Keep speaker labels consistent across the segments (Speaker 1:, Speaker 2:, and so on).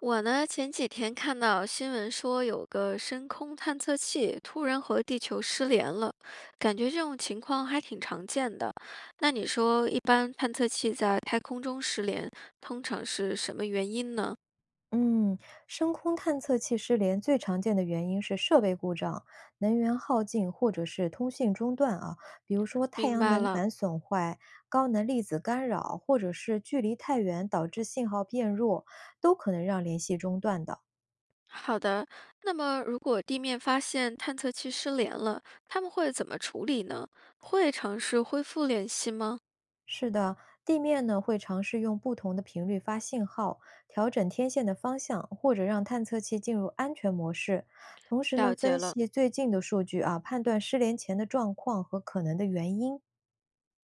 Speaker 1: 我呢，前几天看到新闻说有个深空探测器突然和地球失联了，感觉这种情况还挺常见的。那你说，一般探测器在太空中失联，通常是什么原因呢？
Speaker 2: 嗯，深空探测器失联最常见的原因是设备故障、能源耗尽或者是通信中断啊，比如说太
Speaker 1: 明
Speaker 2: 阳
Speaker 1: 白
Speaker 2: 能
Speaker 1: 了。
Speaker 2: 板损坏、高能粒子干扰，或者是距离太远导致信号变弱，都可能让联系中断的。
Speaker 1: 好的，那么如果地面发现探测器失联了，他们会怎么处理呢？会尝试恢复联系吗？
Speaker 2: 是的，地面呢会尝试用不同的频率发信号，调整天线的方向，或者让探测器进入安全模式。同时呢，
Speaker 1: 了解
Speaker 2: 分
Speaker 1: 了。
Speaker 2: 析最近的数据啊，判断失联前的状况和可能的原因。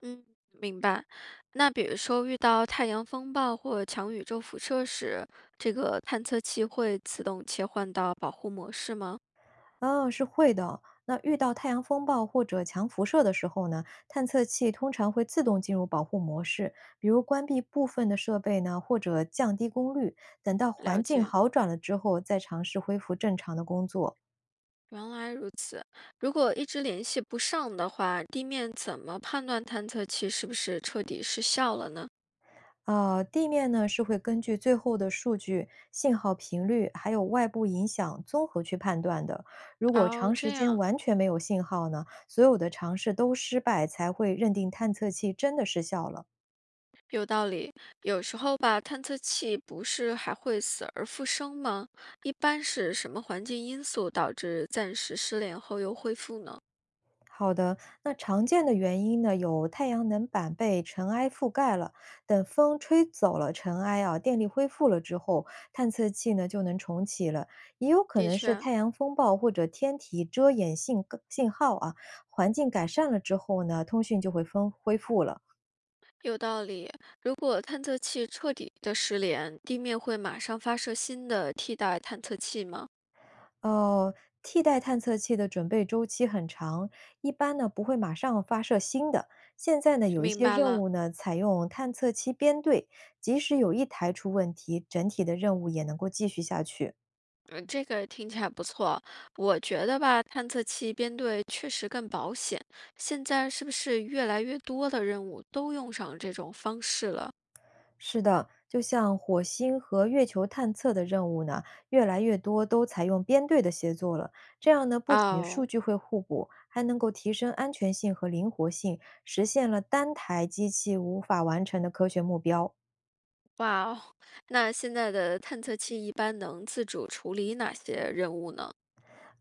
Speaker 1: 嗯，明白。那比如说遇到太阳风暴或强宇宙辐射时，这个探测器会自动切换到保护模式吗？
Speaker 2: 啊，是会的。那遇到太阳风暴或者强辐射的时候呢，探测器通常会自动进入保护模式，比如关闭部分的设备呢，或者降低功率。等到
Speaker 1: 了
Speaker 2: 环境
Speaker 1: 解，
Speaker 2: 好转了之后，再尝试恢复正常的工作。
Speaker 1: 原来如此。如果一直联系不上的话，地面怎么判断探测器是不是彻底失效了呢？
Speaker 2: 地面呢是会根据最后的数据、信号频率，还有外部影响综合去判断的。如果
Speaker 1: 哦，
Speaker 2: 长时
Speaker 1: 这
Speaker 2: 间
Speaker 1: 样
Speaker 2: 完全没有信号呢，所有的尝试都失败，才会认定探测器真的失效了。
Speaker 1: 有道理。有时候吧，探测器不是还会死而复生吗？一般是什么环境因素导致暂时失联后又恢复呢？
Speaker 2: 好的，那常见的原因呢，有太阳能板被尘埃覆盖了，等风吹走了尘埃啊，电力恢复了之后，探测器呢就能重启了。也有可
Speaker 1: 的
Speaker 2: 能是
Speaker 1: 确，
Speaker 2: 太阳风暴或者天体遮掩信号啊，环境改善了之后呢，通讯就会分恢复了。
Speaker 1: 有道理。如果探测器彻底的失联，地面会马上发射新的替代探测器吗？
Speaker 2: 哦，替代探测器的准备周期很长，一般呢不会马上发射新的。现在呢，有一
Speaker 1: 明
Speaker 2: 些
Speaker 1: 白
Speaker 2: 任
Speaker 1: 了，
Speaker 2: 务呢采用探测器编队，即使有一台出问题，整体的任务也能够继续下去。
Speaker 1: 这个听起来不错。我觉得吧，探测器编队确实更保险。现在是不是越来越多的任务都用上这种方式了？
Speaker 2: 是的，就像火星和月球探测的任务呢，越来越多都采用编队的协作了。这样呢，不仅数
Speaker 1: 哦，
Speaker 2: 据会互补，还能够提升安全性和灵活性，实现了单台机器无法完成的科学目标。
Speaker 1: 哇哦，那现在的探测器一般能自主处理哪些任务呢？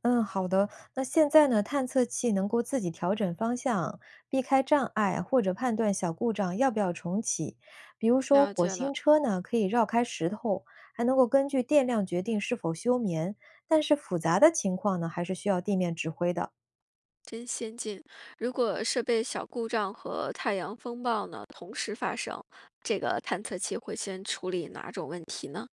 Speaker 2: 嗯，好的。那现在呢，探测器能够自己调整方向，避开障碍或者判断小故障要不要重启。比如说，
Speaker 1: 了
Speaker 2: 火
Speaker 1: 解了。
Speaker 2: 星车呢可以绕开石头，还能够根据电量决定是否休眠。但是复杂的情况呢，还是需要地面指挥的。
Speaker 1: 真先进！如果设备小故障和太阳风暴呢同时发生，这个探测器会先处理哪种问题呢？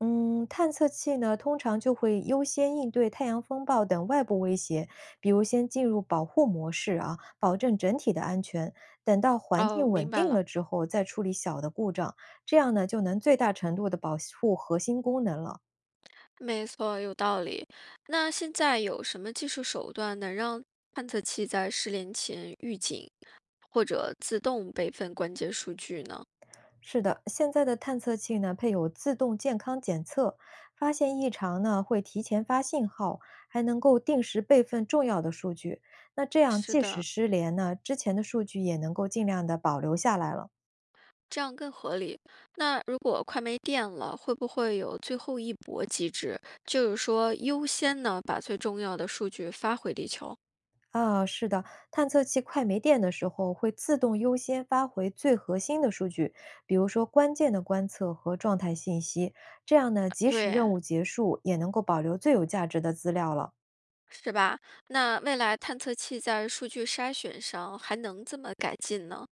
Speaker 2: 嗯，探测器呢，通常就会优先应对太阳风暴等外部威胁，比如先进入保护模式啊，保证整体的安全。等到环境
Speaker 1: 哦，
Speaker 2: 稳
Speaker 1: 明白
Speaker 2: 定
Speaker 1: 了，
Speaker 2: 了之后，再处理小的故障，这样呢，就能最大程度的保护核心功能了。
Speaker 1: 没错，有道理。那现在有什么技术手段能让探测器在失联前预警或者自动备份关键数据呢？
Speaker 2: 是的，现在的探测器呢，配有自动健康检测，发现异常呢，会提前发信号，还能够定时备份重要的数据。那这样，
Speaker 1: 是
Speaker 2: 即使
Speaker 1: 的，
Speaker 2: 失联呢，之前的数据也能够尽量的保留下来了。
Speaker 1: 这样更合理。那如果快没电了，会不会有最后一搏机制？就是说，优先呢把最重要的数据发回地球？
Speaker 2: 啊，是的，探测器快没电的时候会自动优先发回最核心的数据，比如说关键的观测和状态信息。这样呢，即使任
Speaker 1: 对，
Speaker 2: 务结束，也能够保留最有价值的资料了。
Speaker 1: 是吧？那未来探测器在数据筛选上还能这么改进呢？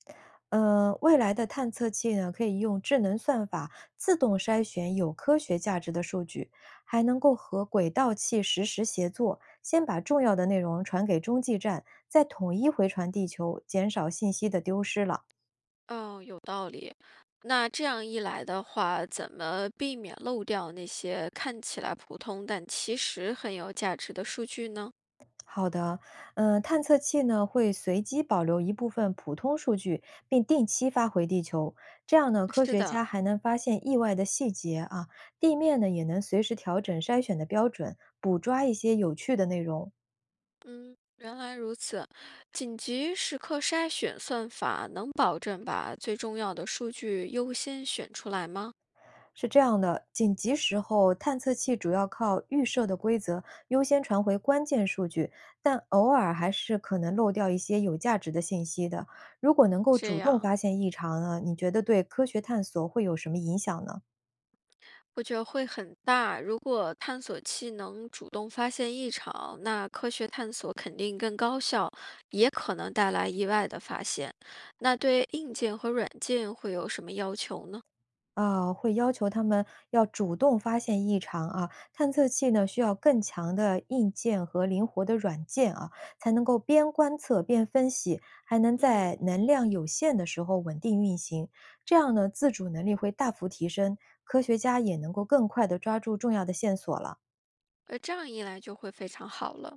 Speaker 2: 未来的探测器呢，可以用智能算法自动筛选有科学价值的数据，还能够和轨道器实时协作，先把重要的内容传给中继站，再统一回传地球，减少信息的丢失了。
Speaker 1: 哦，有道理。那这样一来的话，怎么避免漏掉那些看起来普通但其实很有价值的数据呢？
Speaker 2: 好的，探测器呢会随机保留一部分普通数据，并定期发回地球。这样呢，科
Speaker 1: 是
Speaker 2: 学
Speaker 1: 的，
Speaker 2: 家还能发现意外的细节啊，地面呢也能随时调整筛选的标准，捕抓一些有趣的内容。
Speaker 1: 嗯，原来如此。紧急时刻筛选算法能保证把最重要的数据优先选出来吗？
Speaker 2: 是这样的，紧急时候探测器主要靠预设的规则优先传回关键数据，但偶尔还是可能漏掉一些有价值的信息的。如果能够
Speaker 1: 这
Speaker 2: 主动
Speaker 1: 样。
Speaker 2: 发现异常呢，你觉得对科学探索会有什么影响呢？
Speaker 1: 我觉得会很大。如果探索器能主动发现异常，那科学探索肯定更高效，也可能带来意外的发现。那对硬件和软件会有什么要求呢？
Speaker 2: 啊，会要求他们要主动发现异常啊。探测器呢，需要更强的硬件和灵活的软件啊，才能够边观测边分析，还能在
Speaker 1: 嗯，
Speaker 2: 能量有限的时候稳定运行。这样呢，自主能力会大幅提升，科学家也能够更快地抓住重要的线索了。
Speaker 1: 这样一来就会非常好了。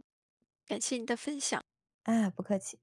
Speaker 1: 再分享。
Speaker 2: 哎，不客气。